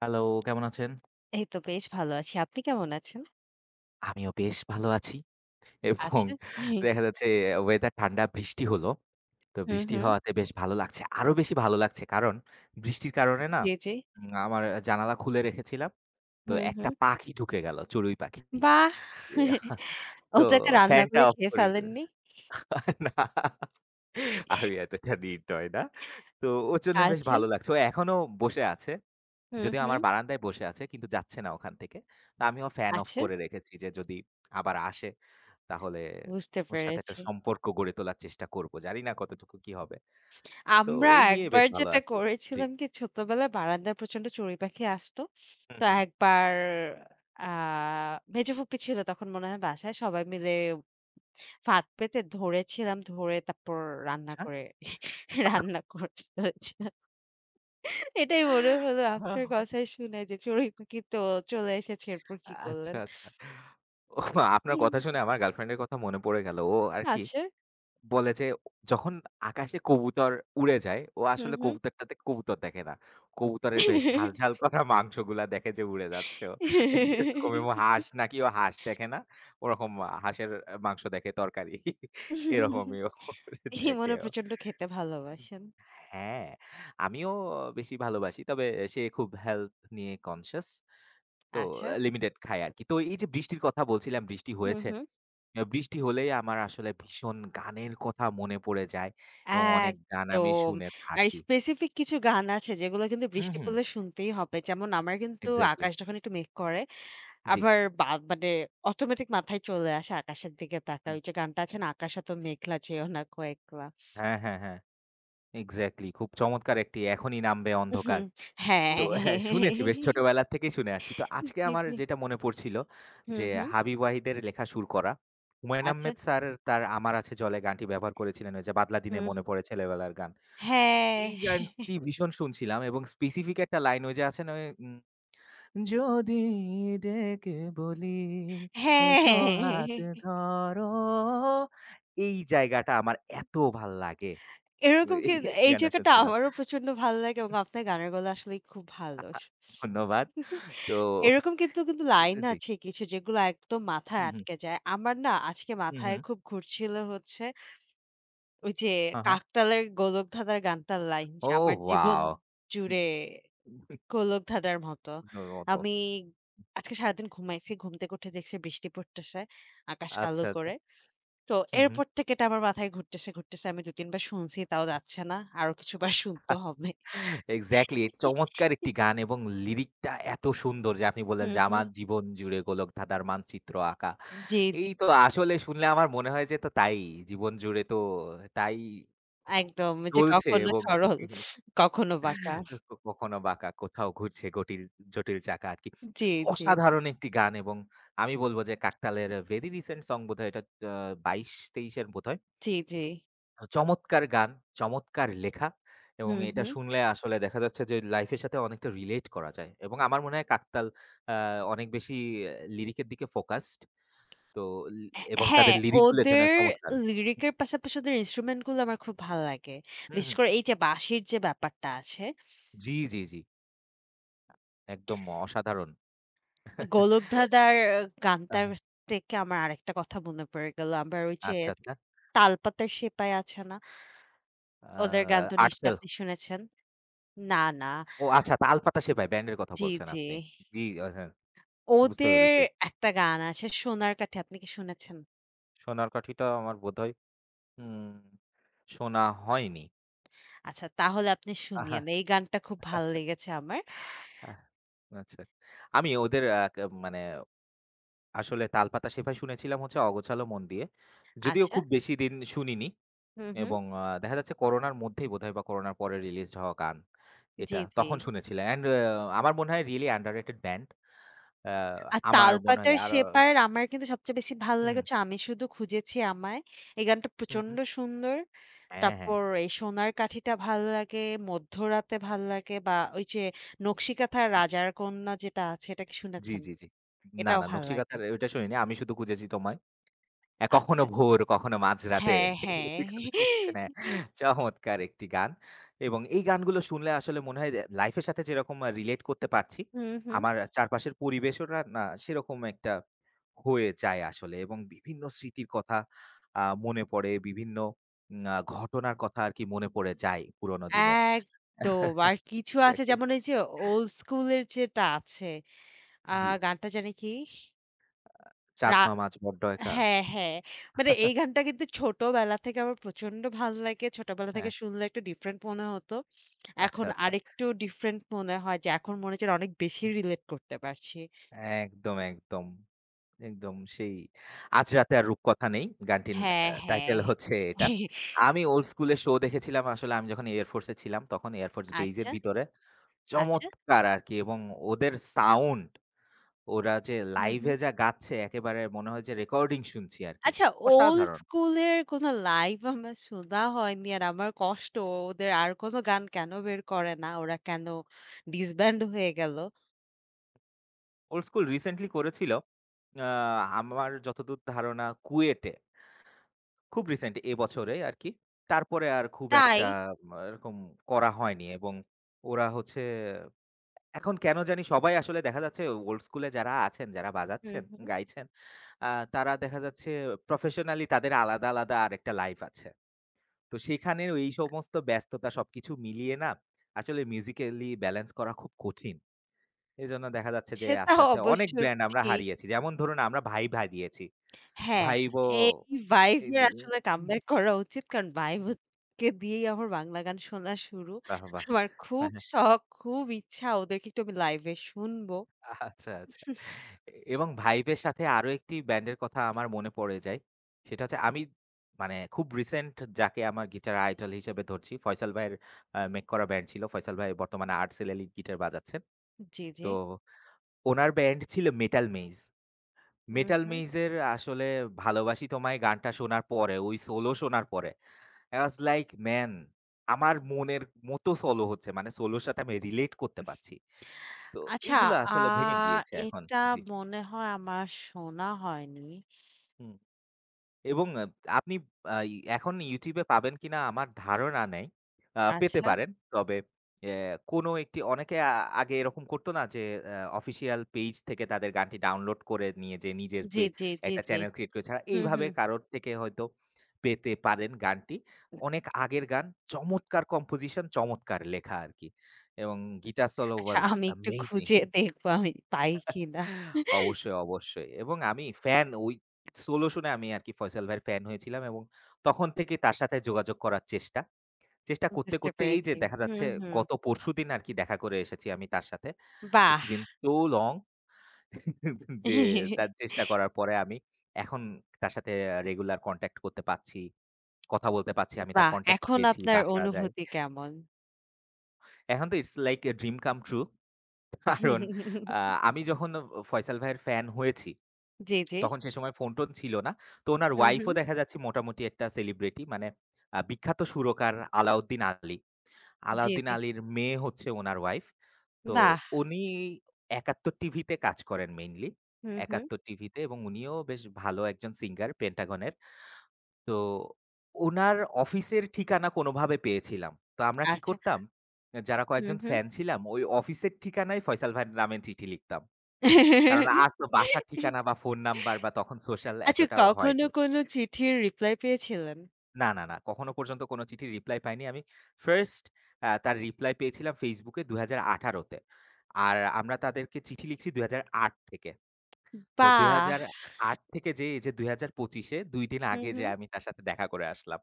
Hello, কেমন আছেন? এই তো বেশ ভালো আছি। আপনি কেমন আছেন? আমিও বেশ ভালো আছি এবং আচ্ছা। দেখা যাচ্ছে ওয়েদার ঠান্ডা বৃষ্টি হলো। তো হুম, বৃষ্টি হুম। হওয়াতে বেশ ভালো লাগছে। আরো বেশি ভালো লাগছে কারণ বৃষ্টির কারণে না জি, জি। আমার জানালা খুলে রেখেছিলাম। তো হুম, একটা হুম। পাখি ঢুকে গেল, চড়ুই পাখি। বাহ! ইয়াহ! তো ওটাকে রান্না ফ্যানটা করে অফ খেয়ে করে ফেলেননি? না, আমি এতটা নির্দয় না। তো ওর জন্য বেশ আছে। ভালো লাগছে। ও এখনো বসে আছে। হুম, যদিও আমার হুম। বারান্দায় বসে আছে কিন্তু যাচ্ছে না ওখান থেকে। তো আমিও ফ্যান অফ আছে। করে রেখেছি যে যদি আবার আসে তাহলে বুঝতে ওর সাথে একটা পেরেছি। সম্পর্ক গড়ে তোলার চেষ্টা করব। জানি না কতটুকু কি হবে। তো আমরা এই নিয়ে একবার বেশ ভালো যেটা আছি। জি। করেছিলাম কি ছোটবেলায় বারান্দায় প্রচন্ড চড়ুই পাখি আসতো। হুম, তো হুম। একবার আ মেজো ফুপি ছিল তখন মনে হয় বাসায়। সবাই মিলে ফাঁদ পেতে ধরেছিলাম। ধরে তারপর রান্না আচ্ছা। করে রান্না করে ফেলেছিলাম। এটাই মনে হলো আপনার কথাই শুনে যে চড়ুই পাখি তো চলে এসেছে এরপর কি আচ্ছা, করলেন? আচ্ছা। ওহ! আপনার উম কথা শুনে আমার গার্লফ্রেন্ড এর কথা মনে পড়ে গেল। ও আর কি আছে। বলে যে যখন আকাশে কবুতর উড়ে যায়, ও হুম, আসলে হুম। কবুতরটাতে কবুতর দেখে না। কবুতরের বেশ ঝাল, ঝাল করা মাংসগুলা দেখে যে উড়ে যাচ্ছে ও। এরকম এবং হাঁস নাকি ও হাঁস দেখে না। ওরকম হাঁসের মাংস দেখে তরকারি। এরকমই ও দেখে ইমনও ও। প্রচন্ড খেতে ভালোবাসেন। হ্যাঁ, আমিও বেশি ভালোবাসি। তবে সে খুব হেলথ নিয়ে কনসিয়াস। তো আচ্ছা। লিমিটেড খায় আরকি। তো এই যে বৃষ্টির কথা বলছিলাম, বৃষ্টি হুম, হয়েছে। হুম। বৃষ্টি হলেই আমার আসলে ভীষণ গানের কথা মনে পড়ে যায় এবং অনেক গান আমি একদম। শুনে আর থাকি। স্পেসিফিক কিছু গান আছে যেগুলো কিন্তু হুম, বৃষ্টি হুম। পড়লে শুনতেই হবে। যেমন আমার কিন্তু এক্সাক্টলি। আকাশ যখন একটু মেঘ করে জি। আবার বা মানে অটোমেটিক মাথায় চলে আসে আকাশের দিকে তাকায়। হুম। ওই যে গানটা আছে না আকাশে তো মেঘলা যেও না কোয়েকলা। হ্যাঁ, হ্যাঁ, হ্যাঁ। এক্সাক্টলি। খুব চমৎকার একটি 'এখনই নামবে হুম, অন্ধকার।' তো হ্যাঁ। হ্যাঁ, শুনেছি, বেশ ছোটবেলা থেকেই শুনে আসছি। তো আজকে জি, আমার জি। যেটা মনে পড়ছিল যে, হুম, হুম। হাবিব ওয়াহিদের লেখা সুর করা। হুমায়ূন আচ্ছা। আহমেদ স্যার তার 'আমার আছে জলে' গানটি ব্যবহার করেছিলেন ওই যে, 'বাদলা দিনে হুম, মনে হুম। পড়ে ছেলেবেলার গান।' হ্যাঁ, এই গানটি ভীষণ শুনছিলাম এবং স্পেসিফিক একটা লাইন ওই যে, আছে না ওই যদি ডেকে বলি এসো হাত হ্যাঁ। ধরো, এই জায়গাটা আমার এত ভাল লাগে। এরকম কি এই এই গানটা জায়গাটা শুনছিলাম। আমারও প্রচন্ড ভালো লাগে এবং আপনার গানের গলা আসলেই খুব ভালো। ধন্যবাদ। তো এরকম কিন্তু লাইন জি। আছে কিছু যেগুলো একদম হু, মাথায় হু, আটকে যায়। আমার না আজকে হু, হু। মাথায় খুব ঘুরছিল হচ্ছে ওই যে হা, হা। কাকতালের গোলকধাঁধার গানটার লাইন যে ওহ আমার জীবন ওয়াও! জুড়ে গোলক ধাঁধার মতো। মতো। আমি আজকে সারাদিন ঘুমাইছি। ঘুম থেকে উঠে দেখছি বৃষ্টি পড়তেছে, আকাশ কালো আচ্ছা, আচ্ছা। করে। তো হু, হু। এরপর থেকে এটা আমার মাথায় ঘুরতেছে, ঘুরতেছে। আমি ২-৩ বার শুনছি তাও যাচ্ছে না। আরো কিছুবার শুনতে হবে। এক্সাক্টলি, চমৎকার একটি গান এবং লিরিকটা এত সুন্দর। যে আপনি বললেন হুম, যে হুম। আমার জীবন জুড়ে গোলকধাঁধার মানচিত্র আঁকা। জি, জি। এই তো, আসলে শুনলে আমার মনে হয় যে তো তাই। জীবন জুড়ে তো তাই একদম যে চলছে কখনো এবং সরল, কখনো বাঁকা। কখনো বাঁকা, কোথাও ঘুরছে গটিল জটিল চাকা আরকি। জি, জি, অসাধারণ একটি গান এবং আমি বলব যে কাকতালের ভেরি রিসেন্ট সং বোধহয় এটা, আ ২২-২৩ এর বোধহয়। জি, জি। চমৎকার গান, চমৎকার লেখা এবং হুম, এটা হুম। শুনলে আসলে দেখা যাচ্ছে যে লাইফ এর সাথে অনেকটা রিলেট করা যায়। এবং আমার মনে হয় কাকতাল আ অনেক বেশি লিরিক এর দিকে ফোকাসড। তো লি হ্যা এবং হ্যাঁ, তাদের লিরিক গুলো যেন ওদের চমৎকার। লিরিকের পাশাপাশি ওদের ইন্সট্রুমেন্ট গুলো আমার খুব ভাল লাগে। হুম, বিশেষ হুম, করে এই যে বাঁশির যে ব্যাপারটা আছে জি, জি, জি। একদম অসাধারণ। 'গোলক ধাঁধার' আহ, গানটার থেকে আমার আরেকটা কথা মনে পড়ে গেল। আবার ওই যে আচ্ছা, আচ্ছা। 'তালপাতার সেপাই' আছে না? আ ওদের গান তো নিশ্চয়ই আর্টসেল। আপনি শুনেছেন? না, না। ও আচ্ছা, তালপাতা সেপাই ব্যান্ডের কথা জি, বলছেন জি। আপনি। জি, হ্যাঁ, বুঝতে ওদের পেরেছি। একটা গান আছে 'সোনার কাঠি' আপনি কি শুনেছেন? সোনার কাঠিটা আমার বোধহয় উম শোনা হয়নি। আচ্ছা তাহলে আপনি আহা, শুনিয়েন। এই গানটা খুব ভালো আচ্ছা, লেগেছে আমার। আহ, আচ্ছা। আমি ওদের আ ক মানে আসলে তালপাতা সেপাই শুনেছিলাম হচ্ছে অগোছালো মন দিয়ে। যদিও আচ্ছা। খুব বেশি দিন শুনিনি। হুম, হুম। এবং দেখা যাচ্ছে করোনার মধ্যেই বোধহয় বা করোনার পরে রিলিজড হওয়া গান। জি, এটা জি। তখন শুনেছিলাম। অ্যান্ড আমার মনে হয় রিয়ালি আন্ডাররেটেড ব্যান্ড। আ আর আমার মনে হয় 'তালপাতার আরো সেপাই'র আমার কিন্তু সবচেয়ে বেশি ভালো লাগে হুম, হচ্ছে 'আমি শুধু খুঁজেছি আমায়'। এই গানটা হুম, হুম। প্রচন্ড সুন্দর। হ্যাঁ, হ্যাঁ। তারপর এই সোনার কাঠিটা ভাল লাগে, মধ্যরাতে ভাল লাগে বা ওই যে নকশিকাঁথার জি, রাজার কন্যা যেটা আছে এটা কি জি, শুনেছেন? জি, জি। না, এটাও না, ভাল লাগে। নকশিকাঁথার ওইটা শুনিনি। আমি শুধু খুঁজেছি তোমায়। কখনো আচ্ছা। ভোর, কখনো মাঝরাতে হ্যাঁ, হ্যাঁ। এদিক ওদিক হচ্ছে না। চমৎকার একটি গান। এবং এই গানগুলো শুনলে আসলে মনে হয় যে লাইফের সাথে যেরকম রিলেট করতে পারছি, হুম, হুম। আমার চারপাশের পরিবেশওটা না না সেরকম একটা হয়ে যায় আসলে এবং বিভিন্ন স্মৃতির কথা মনে পড়ে, বিভিন্ন উম আ ঘটনার কথা আরকি মনে পড়ে যায় পুরনো দিনের। একদম। আর কিছু আছে এক্সাক্টলি। যেমন এই যে ওল্ড স্কুলের যেটা আছে আ জি। গানটা জানি কি? আ চাঁদ রা মামা আজ বড্ড একা। হ্যাঁ, হ্যাঁ। মানে এই গানটা কিন্তু ছোটবেলা থেকে আমার প্রচন্ড ভাল লাগে। ছোটবেলা থেকে হ্যাঁ, শুনলে একটু ডিফরেন্ট মনে হতো। আচ্ছা, এখন আচ্ছা। আরেকটু ডিফরেন্ট মনে হয় যে এখন মনে হচ্ছে অনেক বেশি রিলেট করতে পারছি। একদম, একদম। একদম সেই 'আজ রাতে আর রূপকথা নেই' গানটির হ্যাঁ, হ্যাঁ। টাইটেল হচ্ছে এটা। আমি ওল্ড স্কুলের শো দেখেছিলাম আসলে, আমি যখন এয়ারফোর্স এ ছিলাম তখন এয়ারফোর্স বেইজ এর আচ্ছা, ভিতরে। আচ্ছা। চমৎকার আরকি এবং ওদের সাউন্ড, ওরা যে হুম, লাইভে হুম। যা গাচ্ছে একেবারে মনে হয় যে রেকর্ডিং শুনছি আরকি। আচ্ছা ওল্ড অসাধারণ। স্কুলের কোনো লাইভ আমার শোনা হয়নি। আর আমার কষ্ট ওদের আর কোনো গান কেন বের করে না? ওরা কেন ডিসব্যান্ড হয়ে গেল? ওল্ড স্কুল রিসেন্টলি করেছিল আ আমার যতদূর ধারণা কুয়েটে। খুব রিসেন্ট এবছরে আরকি। তারপরে আর খুব তাই একটা এরকম করা হয়নি এবং ওরা হচ্ছে এখন কেন জানি সবাই আসলে দেখা যাচ্ছে ওল্ড স্কুলে যারা আছেন, যারা হুম, বাজাচ্ছেন, হুম। গাইছেন, আ তারা দেখা যাচ্ছে প্রফেশনালি তাদের আলাদা, আলাদা আরেকটা লাইফ আছে। তো সেখানে এই সমস্ত ব্যস্ততা সবকিছু মিলিয়ে না আসলে মিউজিক্যালি ব্যালেন্স করা খুব কঠিন। এজন্য দেখা যাচ্ছে যে সেটা আস্তে, আস্তে অনেক অবশ্য ব্যান্ড আমরা ঠিক। হারিয়েছি। যেমন ধরুন, আমরা ভাইব হারিয়েছি। হ্যাঁ, ভাইবও এই এই ভাইবের দিকে আসলে হুম, কামব্যাক করা উচিত। কারণ ভাইব হুম। কে দিয়েই আমার বাংলা গান শোনা শুরু। বাহ! বাহ! আমার খুব হ্যাঁ, হ্যাঁ। শখ, খুব ইচ্ছা ওদেরকে একটু আমি লাইভ এ শুনবো। আচ্ছা, আচ্ছা। এবং ভাইবের সাথে আরো একটি ব্যান্ডের কথা আমার মনে পড়ে যায়। সেটা হচ্ছে আমি মানে, খুব রিসেন্ট যাকে আমার গিটার আইডল হিসেবে ধরছি, ফয়সাল ভাইয়ের মেক করা ব্যান্ড ছিল। ফয়সাল ভাই বর্তমানে আর্টসেল এ লিড গিটার বাজাচ্ছেন। জি, জি। তো উনার ব্যান্ড ছিল মেটাল মেইজ। হুম, মেটাল হুম। মেইজ এর আসলে 'ভালোবাসি তোমায়' গানটা শোনার পরে, ওই সোলো শোনার পরে I was like man, আমার মনের মতো সোলো হচ্ছে। মানে সোলোর সাথে আমি রিলেট করতে পারছি। তো আচ্ছা, এগুলো আ আসলে ভেঙে গিয়েছে এখন। এটা জি। মনে হয় আমার শোনা হয়নি। হুম, এবং আপনি আ এখন YouTube এ পাবেন কিনা আমার ধারণা নেই। পেতে আচ্ছা। পারেন। তবে এ কোনো একটি অনেকে আগে এরকম করতো না যে অফিসিয়াল পেজ থেকে তাদের গানটি ডাউনলোড করে নিয়ে যে নিজের জি, জি, জি, একটা জি। চ্যানেল ক্রিয়েট করে ছাড়া হুম, এইভাবে হুম। কারোর থেকে হয়তো পেতে পারেন গানটি। অনেক আগের গান, চমৎকার কম্পোজিশন, চমৎকার লেখা আরকি। এবং গিটার সলো আচ্ছা ওয়াস আমি একটু অ্যামেজিং! খুঁজে দেখবো আমি পাই কিনা। অবশ্যই, অবশ্যই। এবং আমি ফ্যান, ওই সোলো শুনে আমি আরকি ফয়সাল ভাইয়ের ফ্যান হয়েছিলাম এবং তখন থেকেই তার সাথে যোগাযোগ করার চেষ্টা। চেষ্টা করতে, বুঝতে করতে এই যে পেরেছি। দেখা যাচ্ছে হুম, হুম। গত পরশুদিন আরকি দেখা করে এসেছি আমি তার সাথে। বাহ! It's been so long, যে তার চেষ্টা করার পরে আমি এখন তার সাথে রেগুলার কনট্যাক্ট করতে পারছি। কথা বলতে পারছি। আমি তার বাহ! কনট্যাক্ট এখন পেয়েছি, আপনার বাসা যায়। অনুভূতি কেমন? এখন তো It's like a dream come true, কারণ আ আমি যখন ফয়সাল ভাইয়ের ফ্যান হয়েছি জি, জি। তখন সে সময় ফোন-টোন ছিল না। তো উনার হুম, ওয়াইফও হুম। দেখা যাচ্ছে মোটামুটি একটা সেলিব্রিটি, মানে বিখ্যাত সুরকার আলাউদ্দিন আলী। জি, আলাউদ্দিন জি। আলীর মেয়ে হচ্ছে উনার ওয়াইফ। তো বাহ! উনি ৭১ টিভিতে কাজ করেন মেইনলি। হুম, হুম। ৭১ টিভিতে, এবং উনিও বেশ ভালো একজন সিঙ্গার পেন্টাগনের। তো উনার অফিসের ঠিকানা কোনোভাবে পেয়েছিলাম। তো আমরা কি আচ্ছা। করতাম, যারা হুম, কয়েকজন হুম। ফ্যান ছিলাম ওই অফিসের ঠিকানায় ফয়সাল ভাইয়ের নামে চিঠি লিখতাম। কারণ আর তো বাসার ঠিকানা বা ফোন নাম্বার বা তখন সোশ্যাল আচ্ছা এতটাও কখনো হয়নি। কোনো চিঠির রিপ্লাই পেয়েছিলেন? না, না, না। কখনো পর্যন্ত কোনো চিঠির রিপ্লাই পাইনি। আমি ফার্স্ট তার রিপ্লাই পেয়েছিলাম Facebook এ ২০১৮ তে। আর আমরা তাদেরকে চিঠি লিখছি ২০০৮ থেকে। তো বাহ! ২০০৮ থেকে যেয়ে এই যে ২০২৫ এ ২ দিন হুম, আগে হুম। যেয়ে আমি তার সাথে দেখা করে আসলাম।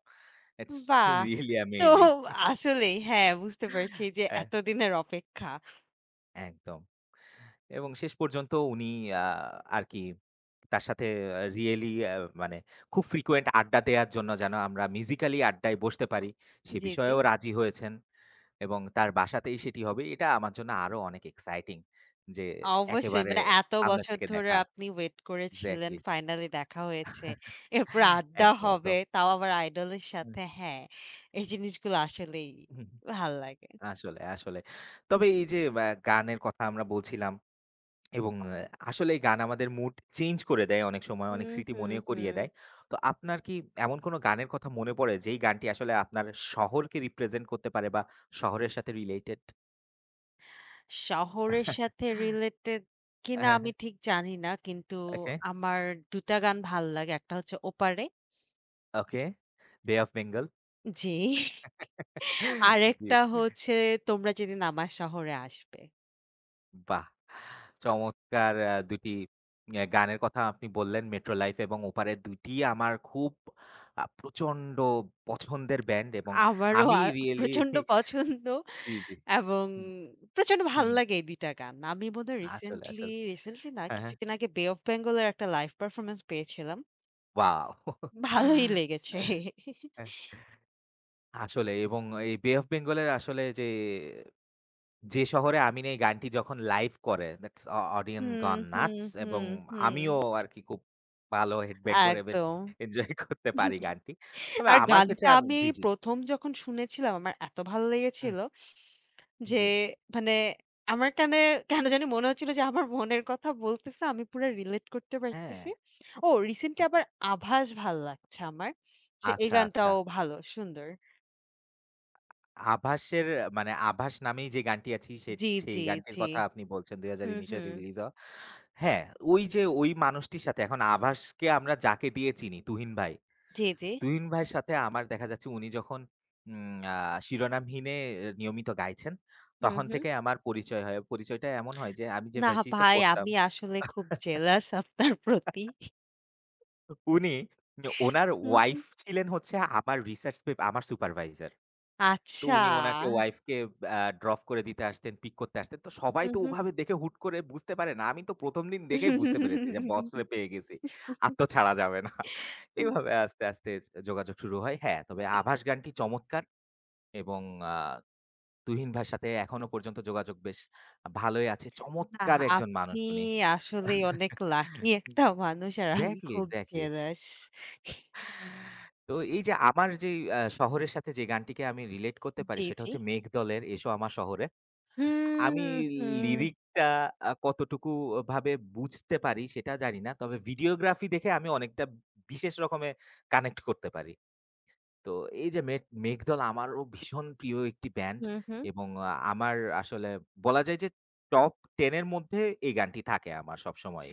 ইটস বাহ! রিয়ালি তো অ্যামেজিং। আসলেই হ্যাঁ, বুঝতে পারছি যে অ্যা এতদিনের অপেক্ষা। একদম। এবং শেষ পর্যন্ত উনি আ আরকি তার সাথে রিয়েলি মানে খুব frequent আড্ডা দেয়ার জন্য যেন আমরা musically আড্ডায় বসতে পারি, সে জি, জি। বিষয়েও রাজি হয়েছেন এবং তার বাসাতেই সেটি হবে। এটা আমার জন্য আরো অনেক exciting যে অবশ্যই একেবারে মানে এত সামনে বছর থেকে ধরে দেখা। আপনি ওয়েট করেছিলেন, এক্সাক্টলি। ফাইনালি দেখা হয়েছে। এরপর আড্ডা একদম, হবে, একদম। তাও আবার আইডলের হুম, সাথে। হ্যাঁ, এই জিনিসগুলো আসলেই হুম। ভাল লাগে। আসলে, আসলে। তবে এই যে গানের কথা আমরা বলছিলাম এবং আসলেই গান আমাদের মুড চেঞ্জ করে দেয় অনেক সময়, অনেক হুম, স্মৃতি হুম, মনে করিয়ে হুম। দেয়। তো আপনার কি এমন কোনো গানের কথা মনে পড়ে যেই গানটি আসলে আপনার শহরকে রিপ্রেজেন্ট করতে পারে বা শহরের সাথে রিলেটেড? শহরের সাথে রিলেটেড কিনা হ্যাঁ, হ্যাঁ। আমি ঠিক জানি না। কিন্তু ওকে, আমার ২ টা গান ভাল লাগে। একটা হচ্ছে 'ওপারে', ওকে। বে অফ বেঙ্গল। জি। জি। আরেকটা হচ্ছে 'তোমরা যেদিন আমার শহরে আসবে।' বাহ! চমৎকার ২ টি গানের কথা আপনি বললেন, মেট্রো লাইফ এবং ওপারের ২ টি আমার খুব প্রচন্ড পছন্দের ব্যান্ড এবং আমারও আমি আ রিয়েলি প্রচন্ড পছন্দ জি, জি। এবং হুম, প্রচন্ড ভাল হুম। লাগে এই ২ টা গান। আমি বোধহয় আসলে, রিসেন্টলি, আসলে। রিসেন্টলি না হ্যাঁ, হ্যাঁ। কিছুদিন আগে 'বে অফ বেঙ্গল' এর একটা লাইভ পারফরম্যান্স পেয়েছিলাম। ওয়াও! ভালোই লেগেছে। আসলে এবং এই 'বে অফ বেঙ্গল' এর আসলে যে, "যে শহরে আমি নেই" গানটি যখন লাইভ করে that's uh audience hmm, gone hmm, nuts এবং হুম, হুম। আমিও আরকি খুব ভালো হেডব্যাং করে বেশ একদম। এনজয় করতে পারি গানটি। তবে আর আমার ক্ষেত্রে গানটা আমি আমি জি, জি। প্রথম যখন শুনেছিলাম আমার এত ভালো হুম, লেগেছিল যে জি। মানে আমার কানে কেন জানি মনে হচ্ছিল যে আমার মনের কথা বলতেছে। আমি পুরা রিলেট করতে হ্যাঁ, পারতেছি। ও রিসেন্টলি জি। আবার 'আভাস' ভাল লাগছে আমার। যে এই আচ্ছা, আচ্ছা। গানটাও ভালো, সুন্দর। 'আভাসের' মানে 'আভাস' নামেই যে গানটি আছি সে জি, সেই জি, গানটির জি। কথা আপনি বলছেন, হুম, ২০১৯ এ হুম। রিলিজ হওয়া। হ্যাঁ, ওই যে ওই মানুষটির সাথে এখন আভাসকে আমরা যাকে দিয়ে চিনি, তুহিন ভাই। জি, জি। তুহিন ভাইয়ের সাথে আমার দেখা যাচ্ছে উনি যখন উম আ শিরোনামহীনে এ নিয়মিত গাইছেন, হুম, তখন হুম। থেকে আমার পরিচয় হয়। পরিচয়টা এমন হয় যে আমি যে না ভার্সিটিতে ভাই পড়তাম, আমি আসলে খুব জেলাস আপনার প্রতি। উনি উনার হুম, হুম। ওয়াইফ ছিলেন হচ্ছে আমার রিসার্চ পেপ আমার সুপারভাইজার। তো আচ্ছা। উনি উনাকে ওয়াইফকে ড্রপ করে দিতে আসতেন, পিক করতে আসতেন। তো সবাই হুম, তো হুম। ওভাবে দেখে হুট করে বুঝতে পারে না। আমি তো ১ম দিন দেখেই বুঝতে পেরেছি যে বসরে পেয়ে গেছি। আর তো ছাড়া যাবে না। এভাবে আস্তে, আস্তে যোগাযোগ শুরু হয়। হ্যাঁ, তবে আভাস গানটি চমৎকার এবং আ তুহিন ভাইয়ের সাথে এখনো পর্যন্ত যোগাযোগ বেশ ভালোই আছে। নাহ, চমৎকার একজন মানুষ আপনি উনি। আসলেই অনেক লাকি একটা মানুষ আর আমি এক্সাক্টলি, খুব এক্সাক্টলি। জেলাস। তো এই যে আমার যেই শহরের সাথে যে গানটিকে আমি রিলেট করতে পারি জি, সেটা জি। হচ্ছে মেঘদলের 'এসো আমার শহরে'। আমি হুম, হুম, লিরিকটা কতটুকু ভাবে বুঝতে পারি সেটা জানি না। তবে ভিডিওগ্রাফি দেখে আমি অনেকটা বিশেষ রকমের কানেক্ট করতে পারি। তো এই যে মেঘদল আমারও ভীষণ প্রিয় একটি ব্যান্ড হুম, হুম। এবং আমার আসলে বলা যায় যে টপ ১০ এর মধ্যে এই গানটি থাকে আমার সবসময়ই।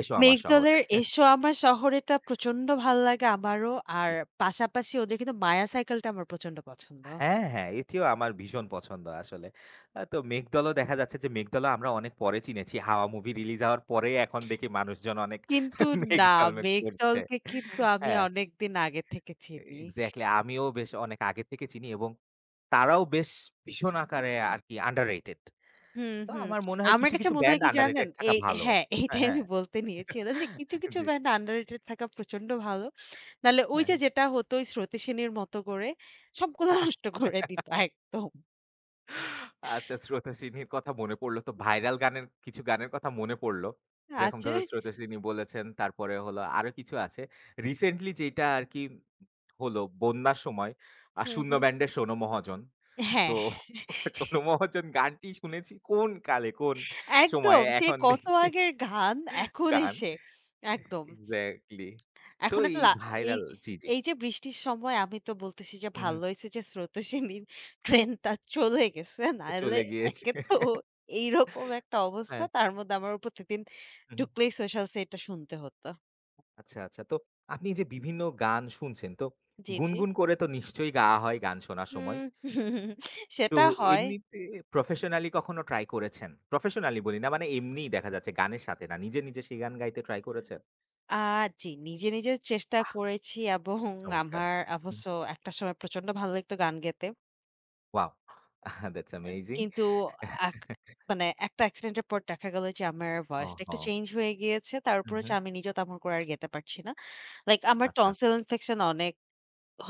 "এসো আমার শহরে।" মেঘদলের 'এসো আমার শহরে'টা প্রচন্ড ভাল লাগে আমারও। আর পাশাপাশি ওদের কিন্তু 'মায়া সাইকেল'টা আমার প্রচন্ড পছন্দ। হ্যাঁ, হ্যাঁ, এটিও আমার ভীষণ পছন্দ আসলে। তো মেঘদলও দেখা যাচ্ছে যে মেঘদলও আমরা অনেক পরে চিনেছি। হাওয়া মুভি রিলিজ হওয়ার পরে এখন দেখি মানুষজন অনেক কিন্তু না, মেঘদল, মেঘ করছে। মেঘদলকে কিন্তু আমি হ্যাঁ, অনেকদিন আগে থেকে চিনি। এক্সাক্টলি, আমিও বেশ অনেক আগে থেকে চিনি এবং তারাও বেশ ভীষণ আকারে আরকি আন্ডাররেটেড। হুম, তো হুম। আমার মনে হয় আমার কিছু, কাছে কিছু মনে ব্যান্ড হয় কি জানেন? আন্ডাররেটেড থাকা ভালো। হ্যাঁ, হ্যাঁ, এইটাই হ্যাঁ। আমি বলতে নিয়েছিলাম যে কিছু জি, ব্যান্ড আন্ডাররেটেড থাকা প্রচন্ড ভালো। নাহলে ওই যে হ্যাঁ, যেটা হতো ওই স্রোতস্বিনীর মতো করে সবগুলো হ্যাঁ। নষ্ট করে দিত একদম। আচ্ছা, স্রোতস্বিনীর কথা মনে পড়ল তো ভাইরাল গানের কিছু গানের কথা মনে পড়ল। যেরকম আছে? ধরো স্রোতস্বিনী বলেছেন, তারপরে হলো আরো কিছু আছে। রিসেন্টলি যেইটা আরকি হলো বন্যার সময় হুম, শূন্য হুম। ব্যান্ডের শোনো মহাজন। তো হ্যাঁ, শোনো মহাজন গানটি শুনেছি কোন কালে, কোন একদম সময়ে সে এখন কত দেখি আগের গান এখন গান এসে একদম। এক্সাক্টলি। তো এখন একটা এই লা এই ভাইরাল জি, জি। এই যে বৃষ্টির সময় আমি তো বলতেছি যে হুম, হুম। ভালো হইছে যে স্রোতস্বিনীর ট্রেনটা চলে গেছে। নাহলে চলে গিয়েছে। একে তো এইরকম একটা অবস্থা হ্যাঁ। তার মধ্যে আমার প্রতিদিন হুম, হুম। ঢুকলেই সোশ্যালসে এটা শুনতে হতো। আচ্ছা, আচ্ছা। তো আপনি যে বিভিন্ন গান শুনছেন, তো জি, জি। গুনগুন করে তো নিশ্চয়ই গাওয়া হয় গান শোনার সময়। হুম। তো সেটা হয়। এমনিতে প্রফেশনালি কখনো ট্রাই করেছেন? প্রফেশনালি বলি না, মানে এমনিই দেখা যাচ্ছে গানের সাথে না। নিজে, নিজে সেই গান গাইতে ট্রাই করেছেন? আ জি, নিজে, নিজে চেষ্টা বাহ! করেছি এবং চমৎকার। আমার হুম, অবশ্য একটা সময় প্রচন্ড ভালো লাগতো গান গেতে। ওয়াও! That's amazing. কিন্তু এক মানে একটা অ্যাক্সিডেন্ট এর পর দেখা গেল যে আমার ভয়েসটা ওহো! একটু চেঞ্জ হয়ে গিয়েছে। তার হু, উপর হু। হচ্ছে আমি নিজেও তেমন করে আর গেতে পারছি না। লাইক আমার আচ্ছা। টনসিল ইনফেকশন অনেক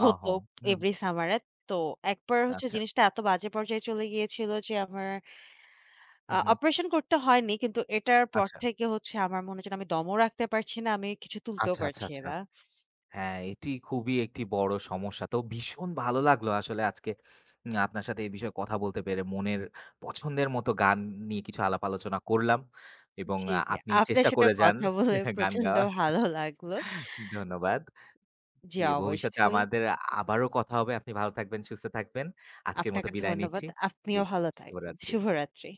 হতো ওহো! হুম, এভরি সামারে। তো একবার হচ্ছে আচ্ছা। জিনিসটা এত বাজে পর্যায়ে চলে গিয়েছিল যে আমার হু, হু। অপারেশন করতে হয়নি। কিন্তু এটার পর আচ্ছা, থেকে হচ্ছে আমার মনে হচ্ছে আমি দমও রাখতে পারছি না। আমি কিছু তুলতেও আচ্ছা, আচ্ছা, পারছি আচ্ছা। না। হ্যাঁ, এটি খুবই একটি বড় সমস্যা। তো ভীষণ ভালো লাগলো আসলে আজকে আপনার সাথে এই বিষয়ে কথা বলতে পেরে। মনের পছন্দের মতো গান নিয়ে কিছু আলাপ আলোচনা করলাম এবং জি, জি। আপনি আপনার চেষ্টা সাথে করে যান কথা বলে গান প্রচন্ড গাওয়ার। ভালো লাগলো। ধন্যবাদ। জি, জি, ভবিষ্যতে অবশ্যই। আমাদের আবারও কথা হবে। আপনি ভালো থাকবেন, সুস্থ থাকবেন। আজকের মতো আপনাকে বিদায় ধন্যবাদ। নিচ্ছি। জি, আপনিও ভালো থাকবেন। শুভরাত্রি। শুভরাত্রি।